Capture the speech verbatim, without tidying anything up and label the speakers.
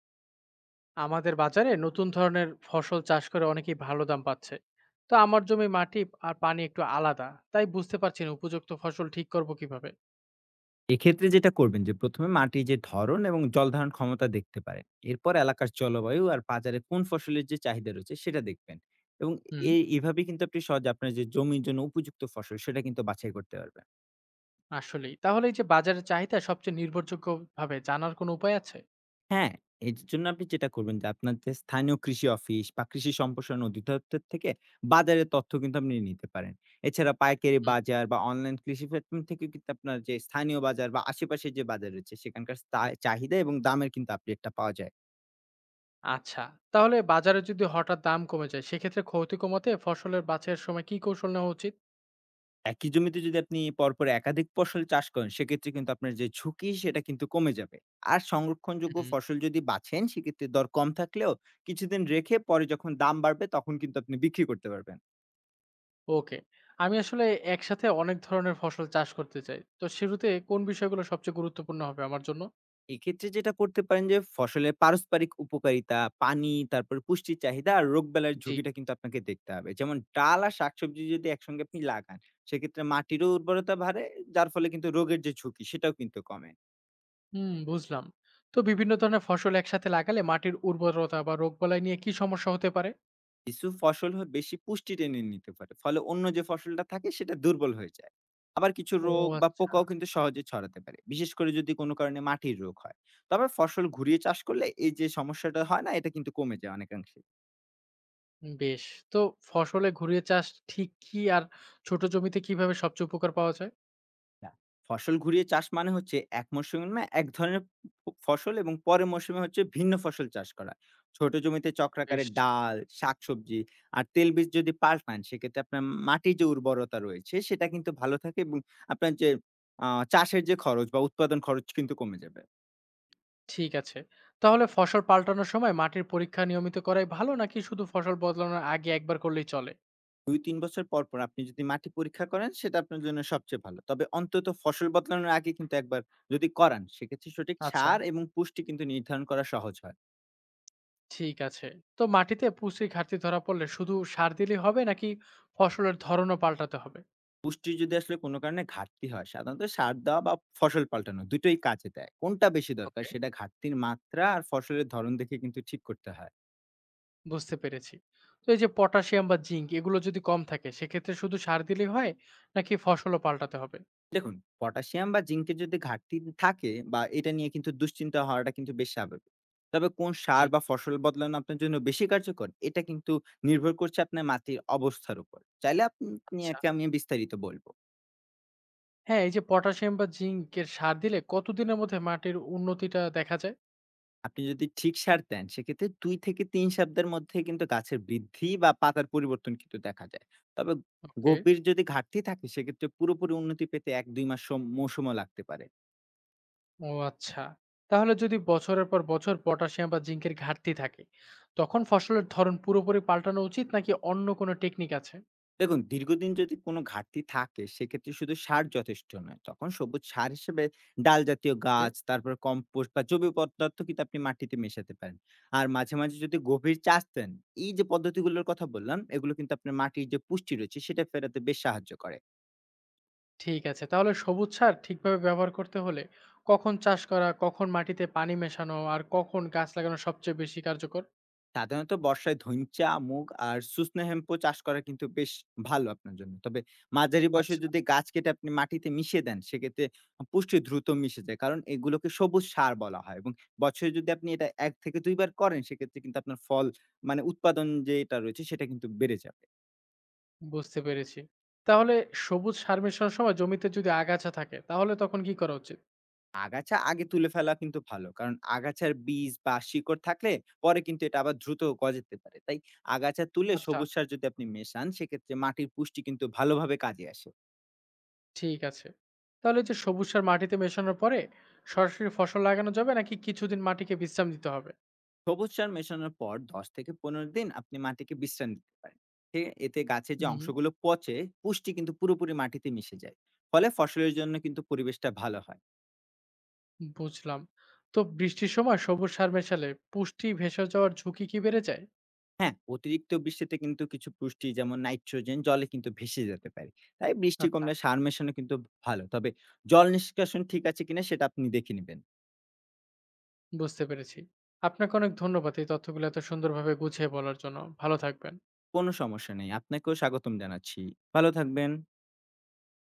Speaker 1: আমাদের বাজারে নতুন ধরনের ফসল চাষ করে অনেকেই ভালো দাম পাচ্ছে। তো আমার জমি, মাটি আর পানি একটু আলাদা, তাই বুঝতে পারছি না উপযুক্ত ফসল ঠিক করব কিভাবে।
Speaker 2: এক্ষেত্রে যেটা করবেন যে প্রথমে মাটির যে ধরন এবং জল ধারণ ক্ষমতা দেখতে পারেন। এরপর এলাকার জলবায়ু আর বাজারে কোন ফসলের যে চাহিদা রয়েছে সেটা দেখবেন এবং
Speaker 1: হুম।
Speaker 2: এই এইভাবে কিন্তু আপনি সহজ আপনার যে জমির জন্য উপযুক্ত ফসল সেটা কিন্তু বাছাই করতে পারবেন।
Speaker 1: আসলেই? তাহলে এই যে বাজারের চাহিদা সবচেয়ে নির্ভরযোগ্য ভাবে জানার কোনো উপায় আছে?
Speaker 2: হ্যাঁ, এর জন্য আপনি যেটা করবেন যে আপনার যে স্থানীয় কৃষি অফিস বা কৃষি সম্প্রসারণ অধিদপ্তর থেকে বাজারের তথ্য কিন্তু আপনি নিতে পারেন। এছাড়া পাইকারি
Speaker 1: হুম।
Speaker 2: বাজার বা অনলাইন কৃষি প্ল্যাটফর্ম থেকে কিন্তু আপনার যে স্থানীয় বাজার বা আশেপাশের যে বাজার রয়েছে সেখানকার স্তা- চাহিদা এবং দামের কিন্তু আপডেটটা পাওয়া যায়।
Speaker 1: আচ্ছা, তাহলে বাজারে যদি হঠাৎ দাম কমে যায় সেক্ষেত্রে ক্ষতি কমাতে ফসলের বাছাইয়ের সময় কি কৌশল নেওয়া উচিত?
Speaker 2: একই জমিতে যদি আপনি পরপর একাধিক ফসল চাষ করেন, সেক্ষেত্রে কিন্তু আপনার যে ঝুঁকি সেটা কিন্তু কমে যাবে। আর সংরক্ষণযোগ্য
Speaker 1: হুম।
Speaker 2: ফসল যদি বাছেন, সেক্ষেত্রে দর কম থাকলেও কিছুদিন রেখে পরে যখন দাম বাড়বে, তখন কিন্তু আপনি বিক্রি করতে পারবেন।
Speaker 1: ওকে। আমি আসলে একসাথে অনেক ধরনের ফসল চাষ করতে চাই, তো শুরুতে কোন বিষয়গুলো সবচেয়ে গুরুত্বপূর্ণ হবে আমার জন্য?
Speaker 2: এক্ষেত্রে যেটা করতে পারেন যে ফসলের পারস্পরিক উপকারিতা, পানি, তারপর পুষ্টির চাহিদা আর রোগবালাইয়ের
Speaker 1: জি।
Speaker 2: ঝুঁকিটা কিন্তু আপনাকে দেখতে হবে। যেমন ডাল আর শাকসবজি যদি একসঙ্গে আপনি লাগান, সেক্ষেত্রে মাটিরও উর্বরতা বাড়ে, যার ফলে কিন্তু রোগের যে ঝুঁকি সেটাও কিন্তু কমে।
Speaker 1: হুম, বুঝলাম। তো বিভিন্ন ধরনের ফসল একসাথে লাগালে মাটির উর্বরতা বা রোগবালাই নিয়ে কি সমস্যা হতে পারে?
Speaker 2: কিছু ফসল হ বেশি পুষ্টি টেনে নিতে পারে। ফলে অন্য যে ফসলটা থাকে সেটা দুর্বল হয়ে যায়। আবার কিছু
Speaker 1: ও,
Speaker 2: রোগ বা
Speaker 1: আচ্ছা।
Speaker 2: পোকাও কিন্তু সহজে ছড়াতে পারে, বিশেষ করে যদি কোনো কারণে মাটির রোগ হয়। তবে ফসল ঘুরিয়ে চাষ করলে এই যে সমস্যাটা হয়, না এটা কিন্তু কমে যায় অনেকাংশে।
Speaker 1: বেশ। তো ফসলে ঘুরিয়ে চাষ ঠিক কি, আর ছোট জমিতে কিভাবে সবচেয়ে উপকার পাওয়া যায়?
Speaker 2: না, ফসল ঘুরিয়ে চাষ মানে হচ্ছে এক মরশুমে এক ধরনের ফ ফসল এবং পরের মরশুমে হচ্ছে ভিন্ন ফসল চাষ করা। ছোট জমিতে চক্রাকারে
Speaker 1: বেশ।
Speaker 2: ডাল, শাকসবজি আর তেলবীজ যদি পাল্টান সেক্ষেত্রে আপনার মাটির যে উর্বরতা রয়েছে সেটা কিন্তু ভালো থাকে এবং আপনার যে আ চাষের যে খরচ বা উৎপাদন খরচ কিন্তু কমে যাবে।
Speaker 1: ঠিক আছে, তাহলে ফসল পাল্টানোর সময় মাটির পরীক্ষা নিয়মিত করাই ভালো নাকি শুধু ফসল বদলানোর আগে একবার করলেই চলে?
Speaker 2: দুই থেকে তিন বছর পর, পর আপনি যদি মাটি পরীক্ষা করেন সেটা আপনার জন্য সবচেয়ে ভালো। তবে অন্তত ফসল বদলানোর আগে কিন্তু একবার যদি করান সেক্ষেত্রে সঠিক
Speaker 1: আচ্ছা,
Speaker 2: সার এবং পুষ্টি কিন্তু নির্ধারণ করা সহজ হয়।
Speaker 1: ঠিক আছে। তো মাটিতে পুষ্টির ঘাটতি ধরা পড়লে শুধু সার দিলেই হবে নাকি ফসলের ধরনও পাল্টাতে হবে?
Speaker 2: পুষ্টির যদি আসলে কোনো কারণে ঘাটতি হয়, সাধারণত সার দেওয়া বা ফসল পাল্টানো দুই টোই কাজে দেয়। কোনটা বেশি দরকার
Speaker 1: ওকে,
Speaker 2: সেটা ঘাটতির মাত্রা আর ফসলের ধরন দেখে কিন্তু ঠিক করতে হয়।
Speaker 1: বুঝতে পেরেছি। তো এই যে পটাশিয়াম বা জিঙ্ক এগুলো যদি কম থাকে সেক্ষেত্রে শুধু সার দিলেই হয় নাকি ফসলও পাল্টাতে হবে?
Speaker 2: দেখুন, পটাশিয়াম বা জিংকের যদি ঘাটতি থাকে বা এটা নিয়ে কিন্তু দুশ্চিন্তা হওয়াটা কিন্তু বেশ স্বাভাবিক। তবে কোন
Speaker 1: জি।
Speaker 2: সার বা ফসল বদলানো আপনার জন্য বেশি কার্যকর, এটা কিন্তু নির্ভর করছে আপনার মাটির অবস্থার উপর। চাইলে আপনি
Speaker 1: আচ্ছা।
Speaker 2: একে আমি বিস্তারিত বলব।
Speaker 1: হ্যাঁ, এই যে পটাশিয়াম বা জিঙ্কের সার দিলে কতদিনের মধ্যে মাটির উন্নতিটা দেখা যায়?
Speaker 2: আপনি যদি ঠিক সার দেন সেক্ষেত্রে দুই থেকে তিন সপ্তাহের মধ্যে কিন্তু গাছের বৃদ্ধি বা পাতার পরিবর্তন কিন্তু দেখা যায়। তবে
Speaker 1: ওকে।
Speaker 2: গভীর যদি ঘাটতি থাকে সেক্ষেত্রে পুরোপুরি উন্নতি পেতে এক থেকে দুই মাস সম মৌসমও লাগতে পারে।
Speaker 1: ও, আচ্ছা। তাহলে যদি বছরের পর বছর পটাশিয়াম বা জিঙ্কের ঘাটতি থাকে, তখন ফসলের ধরন পুরোপুরি পাল্টানো উচিত নাকি অন্য কোনো টেকনিক আছে?
Speaker 2: দেখুন, দীর্ঘদিন যদি কোনো ঘাটতি থাকে সেক্ষেত্রে শুধু সার যথেষ্ট নয়। তখন সবুজ সার হিসেবে ডাল জাতীয়
Speaker 1: ওকে।
Speaker 2: গাছ, তারপরে কম্পোস্ট বা জৈব পদার্থ কিন্তু আপনি মাটিতে মেশাতে পারেন। আর মাঝে, মাঝে যদি গভীর চাষ দেন, এই যে পদ্ধতিগুলোর কথা বললাম এগুলো কিন্তু আপনার মাটির যে পুষ্টি রয়েছে সেটা ফেরাতে বেশ সাহায্য করে।
Speaker 1: ঠিক আছে। তাহলে সবুজ সার ঠিকভাবে ব্যবহার করতে হলে কখন চাষ করা, কখন মাটিতে পানি মেশানো আর কখন গাছ লাগানো সবচেয়ে বেশি কার্যকর?
Speaker 2: সাধারণত বর্ষায় ধইঞ্চা, মুগ আর সুসনেহেম্পো চাষ করা কিন্তু বেশ ভালো আপনার জন্য। তবে মাঝারি বয়সে
Speaker 1: আচ্ছা,
Speaker 2: যদি গাছ কেটে আপনি মাটিতে মিশিয়ে দেন, সেক্ষেত্রে পুষ্টি দ্রুত মিশে যায়। কারণ এগুলোকে সবুজ সার বলা হয়। এবং বছরে যদি আপনি এটা এক থেকে দুই বার করেন, সেক্ষেত্রে কিন্তু আপনার ফল মানে উৎপাদন যেটা রয়েছে, সেটা কিন্তু বেড়ে যাবে।
Speaker 1: বুঝতে পেরেছি। তাহলে সবুজ সার মেশানোর সময় জমিতে যদি আগাছা থাকে তাহলে তখন কি করা উচিত?
Speaker 2: আগাছা আগে তুলে ফেলা কিন্তু ভালো। কারণ আগাছার বীজ বা শিকড় থাকলে পরে কিন্তু এটা আবার দ্রুত গজাতে পারে। তাই আগাছা তুলে
Speaker 1: আচ্ছা,
Speaker 2: সবুজ সার যদি আপনি মেশান, সেক্ষেত্রে মাটির পুষ্টি কিন্তু ভালোভাবে কাজে আসে।
Speaker 1: ঠিক আছে। তাহলে এই যে সবুজ সার মাটিতে মেশানোর পরে সরাসরি ফসল লাগানো যাবে নাকি কিছুদিন মাটিকে বিশ্রাম দিতে হবে?
Speaker 2: সবুজ সার মেশানোর পর দশ থেকে পনেরো দিন আপনি মাটিকে বিশ্রাম দিতে পারেন। এ এতে গাছের যে
Speaker 1: হুম,
Speaker 2: অংশগুলো পচে, পুষ্টি কিন্তু পুরোপুরি মাটিতে মিশে যায়। ফলে ফসলের জন্য কিন্তু পরিবেশটা ভালো হয়।
Speaker 1: বুঝলাম। তো বৃষ্টির সময় সবুজ সার মেশালে পুষ্টি ভেসে যাওয়ার ঝুঁকি কি বেড়ে যায়?
Speaker 2: হ্যাঁ, অতিরিক্ত বৃষ্টিতে কিন্তু কিছু পুষ্টি যেমন নাইট্রোজেন জলে কিন্তু ভেসে যেতে পারে। তাই বৃষ্টি
Speaker 1: আচ্ছা।
Speaker 2: কমলে সার মেশানো কিন্তু ভালো। তবে জল নিষ্কাশন ঠিক আছে কিনা সেটা আপনি দেখে নেবেন।
Speaker 1: বুঝতে পেরেছি। আপনাকে অনেক ধন্যবাদ এই তথ্যগুলো এত সুন্দরভাবে গুছিয়ে বলার জন্য। ভালো থাকবেন।
Speaker 2: কোনো সমস্যা নেই। আপনাকেও স্বাগতম জানাচ্ছি। ভালো থাকবেন।